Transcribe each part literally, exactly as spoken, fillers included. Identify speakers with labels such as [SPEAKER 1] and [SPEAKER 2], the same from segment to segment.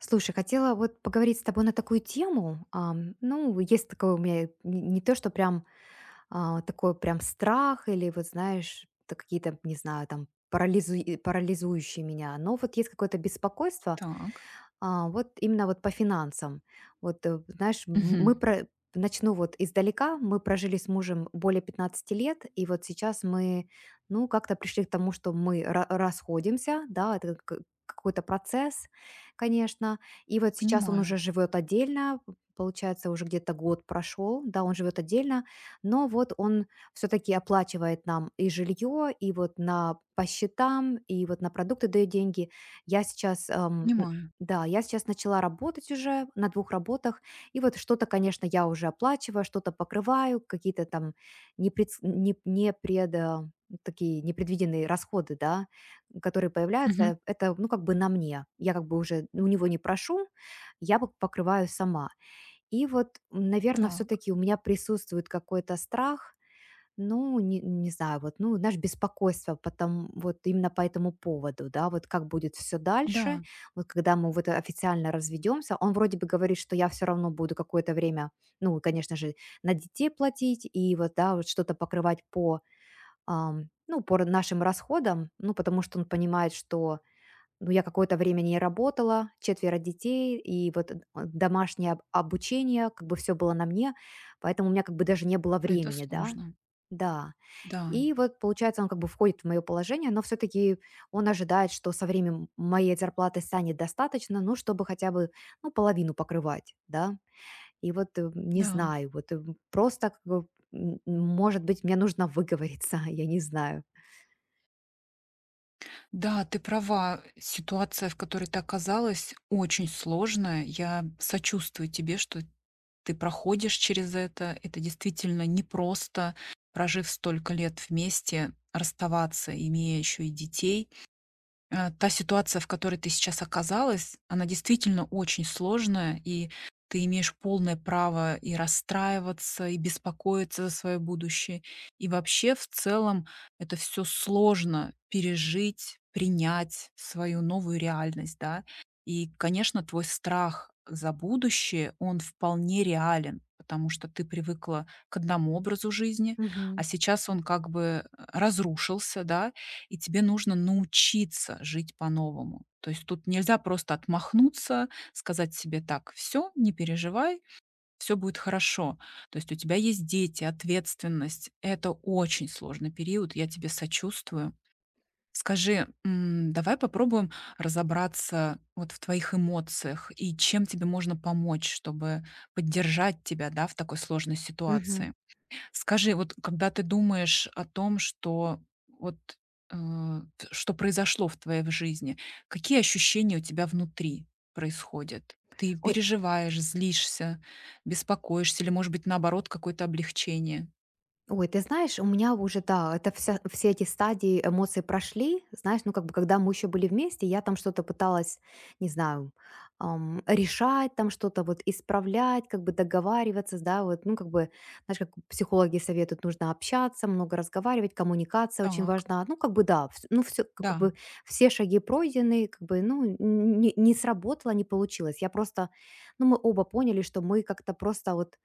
[SPEAKER 1] Слушай, хотела вот поговорить с тобой на такую тему. Ам, ну, есть такое у меня, не, не то, что прям а, такой прям страх или вот, знаешь, т- какие-то, не знаю, там парализу- парализующие меня, но вот есть какое-то беспокойство,
[SPEAKER 2] Так.
[SPEAKER 1] а, вот именно вот по финансам. Вот, э, знаешь, м,
[SPEAKER 2] Мгм.
[SPEAKER 1] мы про начну вот издалека. Мы прожили с мужем более пятнадцати лет, и вот сейчас мы, ну, как-то пришли к тому, что мы ра- расходимся, да, это к- какой-то процесс, конечно. И вот сейчас он уже
[SPEAKER 2] Понимаю,
[SPEAKER 1] живет отдельно, п- получается, уже где-то год прошел, да, он живет отдельно, но вот он все-таки оплачивает нам и жилье, и вот на по счетам, и вот на продукты дает деньги. Я сейчас
[SPEAKER 2] понимаю.
[SPEAKER 1] Да, я сейчас начала работать уже на двух работах, и вот что-то, конечно, я уже оплачиваю, что-то покрываю, какие-то там непредс не не пред а, такие непредвиденные расходы, да, которые
[SPEAKER 2] Мгм.
[SPEAKER 1] появляются. Это, ну, как бы на мне. Я как бы уже у него не прошу, я пок покрываю сама. И вот, наверное, все
[SPEAKER 2] Так.
[SPEAKER 1] таки у меня присутствует какой-то страх, ну, не не знаю, вот, ну, знаешь, беспокойство потом вот именно по этому поводу, да, вот как будет все дальше.
[SPEAKER 2] Да,
[SPEAKER 1] Вот когда мы вот официально разведемся, он вроде бы говорит, что я все равно буду какое-то время, ну, конечно же, на детей платить и вот, да, вот что-то покрывать по, ам, ну, по нашим расходам. Ну, потому что он понимает, что, ну, я какое-то время не работала, четверо детей, и вот д домашнее об обучение, как бы все было на мне, поэтому у меня как бы даже не было
[SPEAKER 2] это
[SPEAKER 1] времени, да.
[SPEAKER 2] сложно.
[SPEAKER 1] Да.
[SPEAKER 2] Да,
[SPEAKER 1] И вот, получается, он как бы входит в мое положение, но все-таки он ожидает, что со временем моей зарплаты станет достаточно, ну, чтобы хотя бы, ну, половину покрывать, да. И вот э, не
[SPEAKER 2] да.
[SPEAKER 1] знаю, вот э, просто, как бы, м, м, может быть, мне нужно выговориться, я не знаю.
[SPEAKER 2] Да, ты права. Ситуация, в которой ты оказалась, очень сложная. Я сочувствую тебе, что ты проходишь через это. Это действительно непросто, прожив столько лет вместе, расставаться, имея еще и детей. Э, та ситуация, в которой ты сейчас оказалась, она действительно очень сложная, и ты имеешь полное право и расстраиваться, и беспокоиться за свое будущее. И вообще, в целом, это все сложно пережить, принять свою новую реальность, да. И, конечно, твой страх за будущее, он вполне реален, потому что ты привыкла к одному образу жизни, а
[SPEAKER 1] Мгм.
[SPEAKER 2] сейчас он как бы э, разрушился, да, и тебе нужно научиться жить по-новому. То есть тут нельзя просто отмахнуться, сказать себе так: "Все, не переживай, все будет хорошо". То есть у тебя есть дети, ответственность. Это очень сложный период, я тебе сочувствую. Скажи, м, давай попробуем разобраться вот в твоих эмоциях и чем тебе можно помочь, чтобы поддержать тебя, да, в такой сложной
[SPEAKER 1] Мгм.
[SPEAKER 2] ситуации? Скажи, вот когда ты думаешь о том, что вот, э, что произошло в твоей в жизни, какие ощущения у тебя внутри происходят? Ты
[SPEAKER 1] Ой,
[SPEAKER 2] переживаешь, злишься, беспокоишься или, может быть, наоборот, какое-то облегчение?
[SPEAKER 1] Ой, ты знаешь, у меня уже, да, это вся, все эти стадии эмоций прошли. Знаешь, ну как бы когда мы еще были вместе, я там что-то пыталась, не знаю, ам, решать, там что-то вот исправлять, как бы договариваться, да, вот, ну как бы, знаешь, как психологи советуют, нужно общаться, много разговаривать, коммуникация очень
[SPEAKER 2] Так,
[SPEAKER 1] важна. Ну как бы да, вс- ну все, как
[SPEAKER 2] да,
[SPEAKER 1] бы все шаги пройдены, как бы, ну не, не сработало, не получилось. Я просто, ну мы оба поняли, что мы как-то просто вот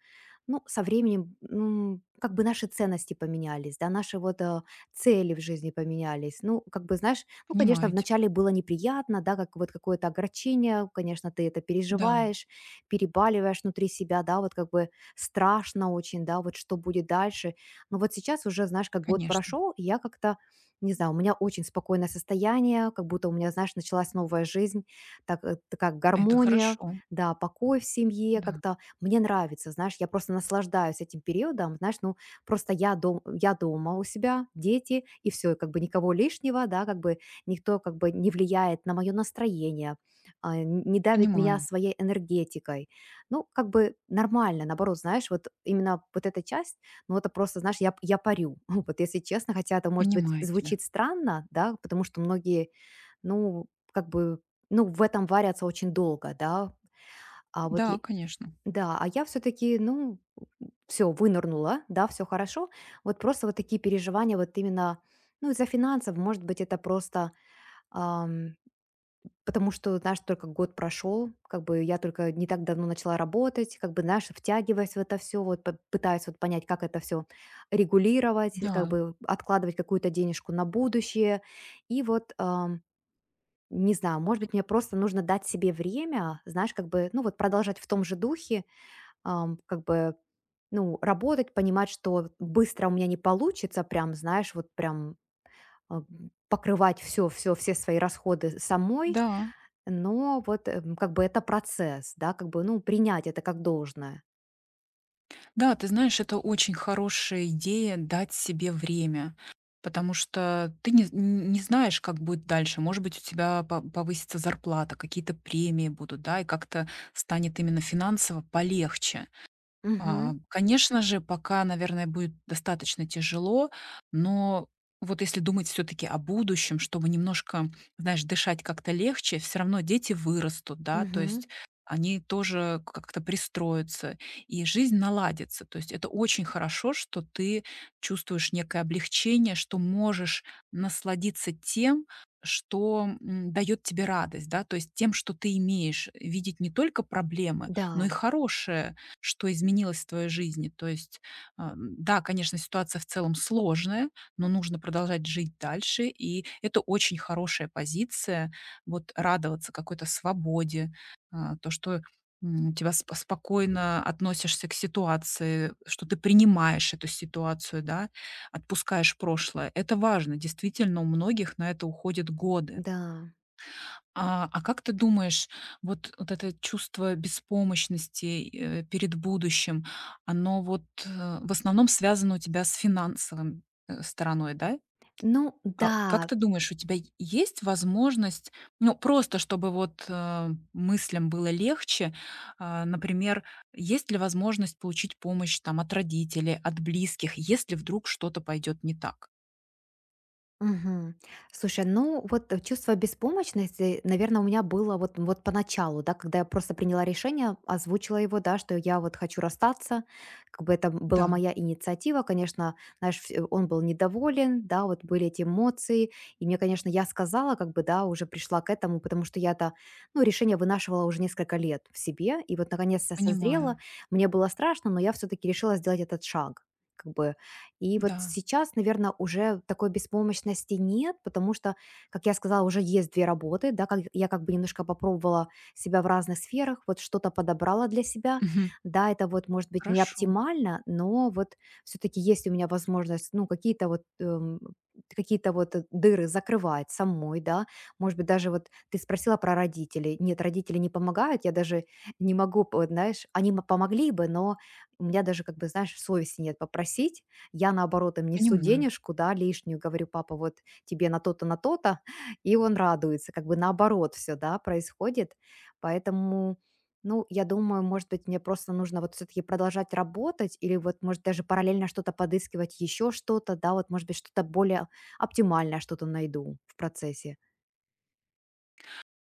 [SPEAKER 1] ну, со временем, м, как бы наши ценности поменялись, да, наши вот э, цели в жизни поменялись. Ну, как бы, знаешь, ну, конечно,
[SPEAKER 2] понимаю тебя.
[SPEAKER 1] вначале было неприятно, да, как вот какое-то огорчение, конечно, ты это
[SPEAKER 2] Да,
[SPEAKER 1] переживаешь, перебаливаешь внутри себя, да, вот как бы страшно очень, да, вот что будет дальше. Но вот сейчас уже, знаешь, как год
[SPEAKER 2] конечно.
[SPEAKER 1] прошел, и я как-то, не знаю, у меня очень спокойное состояние, как будто у меня, знаешь, началась новая жизнь, так, э, такая
[SPEAKER 2] Это
[SPEAKER 1] гармония,
[SPEAKER 2] хорошо.
[SPEAKER 1] да, покой в семье,
[SPEAKER 2] Да,
[SPEAKER 1] как-то мне нравится, знаешь, я просто наслаждаюсь этим периодом, знаешь, ну, просто я, дом, я дома у себя, дети, и все, как бы никого лишнего, да, как бы никто как бы не влияет на мое настроение, а, н- не давит меня
[SPEAKER 2] понимаю,
[SPEAKER 1] своей энергетикой. Ну, как бы нормально, наоборот, знаешь, вот именно вот эта часть, ну, это просто, знаешь, я, я парю, вот если честно, хотя это, может быть,
[SPEAKER 2] понимаю тебя.
[SPEAKER 1] звучит странно, да, потому что многие, ну, как бы, ну, в этом варятся очень долго, да, а вот
[SPEAKER 2] Да, конечно.
[SPEAKER 1] да, а я все-таки, ну, все, вынырнула, да, все хорошо. Вот просто вот такие переживания вот именно, ну, из-за финансов, может быть, это просто ам, потому что, знаешь, только год прошел, как бы я только не так давно начала работать, как бы, знаешь, втягиваясь в это все, вот п- пытаясь вот понять, как это все регулировать, как
[SPEAKER 2] Да,
[SPEAKER 1] бы откладывать какую-то денежку на будущее. И вот ам, не знаю, может быть, мне просто нужно дать себе время, знаешь, как бы, ну вот продолжать в том же духе, ам, как бы, ну, работать, понимать, что быстро у меня не получится, прям, знаешь, вот прям а, покрывать все, все, все свои расходы самой,
[SPEAKER 2] да.
[SPEAKER 1] но вот эм, как бы это процесс, да, как бы, ну, принять это как должное.
[SPEAKER 2] Да, ты знаешь, это очень хорошая идея- дать себе время, потому что ты не не знаешь, как будет дальше. Может быть, у тебя по повысится зарплата, какие-то премии будут, да, и как-то станет именно финансово полегче.
[SPEAKER 1] Мгм.
[SPEAKER 2] А, конечно же, пока, наверное, будет достаточно тяжело, но вот если думать все таки о будущем, чтобы немножко, знаешь, дышать как-то легче, все равно дети вырастут, да, то
[SPEAKER 1] Мгм.
[SPEAKER 2] есть они тоже как-то пристроятся, и жизнь наладится. То есть это очень хорошо, что ты чувствуешь некое облегчение, что можешь насладиться тем, что, дает тебе радость, да, то есть тем, что ты имеешь. Видеть не только проблемы, но
[SPEAKER 1] Да,
[SPEAKER 2] и хорошее, что изменилось в твоей жизни. То есть, а, м, да, конечно, ситуация в целом сложная, но нужно продолжать жить дальше, и это очень хорошая позиция, вот радоваться какой-то свободе, а, то, что м, тебя сп- спокойно относишься к ситуации, что ты принимаешь эту ситуацию, да, отпускаешь прошлое. Это важно. Действительно, у многих на это уходят годы.
[SPEAKER 1] да.
[SPEAKER 2] А, а как ты думаешь, вот, вот это чувство беспомощности э, перед будущим, оно вот э, в основном связано у тебя с финансовым э, стороной, да?
[SPEAKER 1] Ну
[SPEAKER 2] А
[SPEAKER 1] да.
[SPEAKER 2] как ты думаешь, у тебя е- есть возможность, ну, просто чтобы вот э, мыслям было легче, а, например, есть ли возможность получить помощь там от родителей, от близких, если вдруг что-то пойдет не так?
[SPEAKER 1] Мгм. Слушай, ну вот э, чувство беспомощности, наверное, у меня было вот, вот поначалу, да, когда я просто приняла решение, озвучила его, да, что я вот хочу расстаться, как бы это была
[SPEAKER 2] Да,
[SPEAKER 1] моя инициатива, конечно, знаешь, вс- э, он был недоволен, да, вот были эти эмоции, и мне, конечно, я сказала, как бы, да, уже пришла к этому, потому что я-то, ну, решение вынашивала уже несколько лет в себе, и вот наконец-то созрела,
[SPEAKER 2] понимаю,
[SPEAKER 1] мне было страшно, но я все-таки решила сделать этот шаг, как бы, и вот
[SPEAKER 2] да.
[SPEAKER 1] сейчас, наверное, уже такой беспомощности нет, потому что, как я сказала, уже есть две работы, да, как я как бы немножко попробовала себя в разных сферах, вот что-то подобрала для себя.
[SPEAKER 2] Мгм.
[SPEAKER 1] Да, это вот, может быть, не
[SPEAKER 2] Хорошо,
[SPEAKER 1] оптимально, но вот все таки есть у меня возможность, ну, какие-то вот, эм, какие-то вот, э, дыры закрывать самой, да. Может быть, даже вот ты спросила про родителей. Нет, родители не помогают, я даже не могу, п вот знаешь, они м помогли бы, но у меня даже, как бы, знаешь, совести нет попросить, я, наоборот, им несу
[SPEAKER 2] понимаю.
[SPEAKER 1] денежку, да, лишнюю, говорю: "Папа, вот тебе на то-то, на то-то". И он радуется, как бы наоборот все, да, происходит. Поэтому, ну, я думаю, может быть, мне просто нужно вот все таки продолжать работать или вот, может, даже параллельно что-то подыскивать, еще что-то, да, вот, может быть, что-то более оптимальное что-то найду в процессе.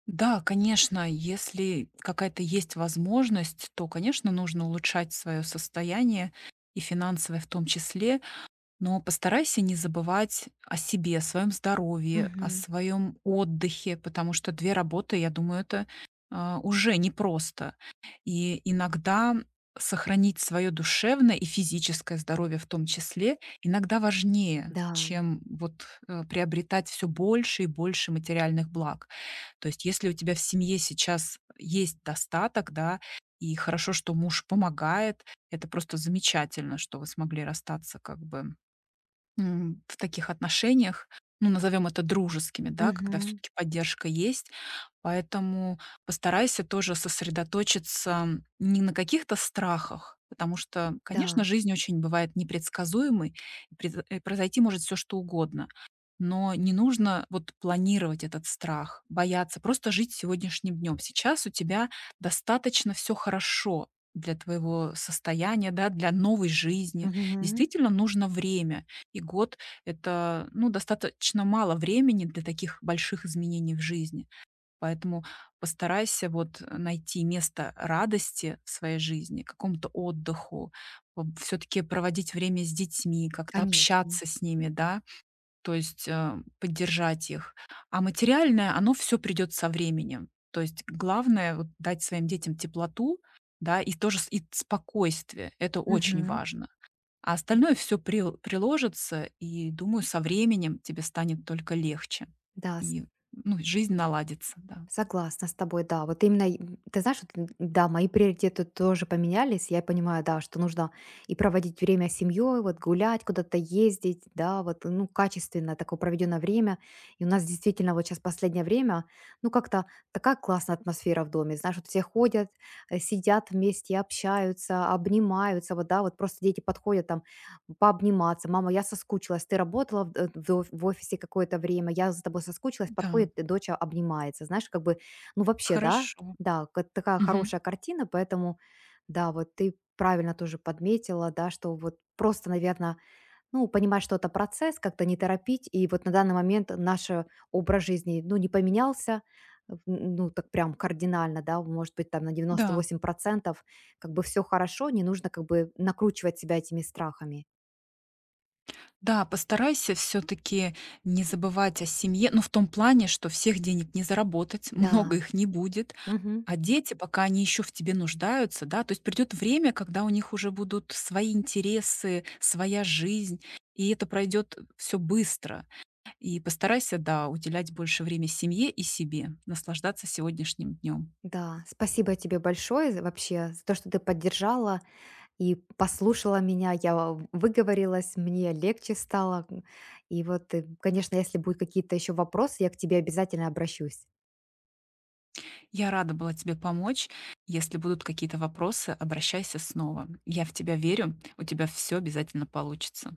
[SPEAKER 2] Да, конечно, если какая-то есть возможность, то, конечно, нужно улучшать свое состояние и финансовое в том числе. Но постарайся не забывать о себе, о своем здоровье, о
[SPEAKER 1] Мгм.
[SPEAKER 2] своем отдыхе, потому что две работы, я думаю, это, а, уже непросто. И иногда сохранить свое душевное и физическое здоровье в том числе иногда важнее,
[SPEAKER 1] Да.
[SPEAKER 2] чем вот, э, приобретать все больше и больше материальных благ. То есть если у тебя в семье сейчас есть достаток, да, и хорошо, что муж помогает, это просто замечательно, что вы смогли расстаться как бы М, в таких отношениях, ну, назовем это дружескими, да, когда все
[SPEAKER 1] Мгм.
[SPEAKER 2] таки поддержка есть. Поэтому постарайся тоже сосредоточиться не на каких-то страхах, потому что, конечно,
[SPEAKER 1] Да.
[SPEAKER 2] жизнь очень бывает непредсказуемой, и през и произойти может все что угодно. Но не нужно вот планировать этот страх, бояться, просто жить сегодняшним днем. Сейчас у тебя достаточно все хорошо для твоего состояния, да, для новой жизни.
[SPEAKER 1] Мгм.
[SPEAKER 2] Действительно нужно время. И год- это, ну, достаточно мало времени для таких больших изменений в жизни. Поэтому постарайся вот найти место радости в своей жизни, какому-то отдыху, все таки проводить время с детьми, как-то
[SPEAKER 1] Конечно.
[SPEAKER 2] общаться с ними, да, то есть, э, поддержать их. А материальное, оно все придет со временем. То есть главное вот дать своим детям теплоту, да, и тоже с и спокойствие. Это очень
[SPEAKER 1] Мгм.
[SPEAKER 2] важно. А остальное все приложится, и, думаю, со временем тебе станет только легче.
[SPEAKER 1] Да.
[SPEAKER 2] И, ну, жизнь наладится, да.
[SPEAKER 1] Согласна с тобой, да. Вот именно, и, м, ты знаешь, вот, м, да, мои приоритеты тоже поменялись. Я понимаю, да, что нужно и проводить время с семьей, вот гулять, куда-то ездить, да, вот, ну, качественно такое проведенное время. И у нас действительно вот сейчас последнее время, ну, как-то такая классная атмосфера в доме. Знаешь, вот все ходят, э, сидят вместе, общаются, обнимаются, вот, да, вот просто дети подходят там, пообниматься: "Мама, я соскучилась, ты работала в д в оф в офисе какое-то время, я за тобой соскучилась".
[SPEAKER 2] Да,
[SPEAKER 1] Подходит, и дочь а, обнимается. Знаешь, как бы, ну, вообще, да,
[SPEAKER 2] хорошо.
[SPEAKER 1] да, ка такая
[SPEAKER 2] Мгм.
[SPEAKER 1] хорошая картина, поэтому, да, вот ты правильно тоже подметила, да, что вот просто, наверное, ну, понимать, что это процесс, как-то не торопить. И вот на данный момент наш э, образ жизни, ну, не поменялся, э, н ну, так прям кардинально, да, может быть, там на девяносто
[SPEAKER 2] Да.
[SPEAKER 1] восемь процентов, Как бы все хорошо, не нужно как бы накручивать себя этими страхами.
[SPEAKER 2] Да, постарайся все таки не забывать о семье, ну, в том плане, что всех денег не заработать,
[SPEAKER 1] Да,
[SPEAKER 2] много их не будет,
[SPEAKER 1] мгм,
[SPEAKER 2] а дети, пока они еще в тебе нуждаются, да, то есть придет время, когда у них уже будут свои интересы, своя жизнь, и это пройдет все быстро. И постарайся, да, уделять больше времени семье и себе, наслаждаться сегодняшним днем.
[SPEAKER 1] да. Спасибо тебе большое за вообще за то, что ты поддержала и послушала меня. Я в- выговорилась, мне легче стало. И вот, э, конечно, если будут какие-то еще вопросы, я к тебе обязательно обращусь.
[SPEAKER 2] Я рада была тебе помочь. Если будут какие-то вопросы, обращайся снова. Я в тебя верю, у тебя все обязательно получится.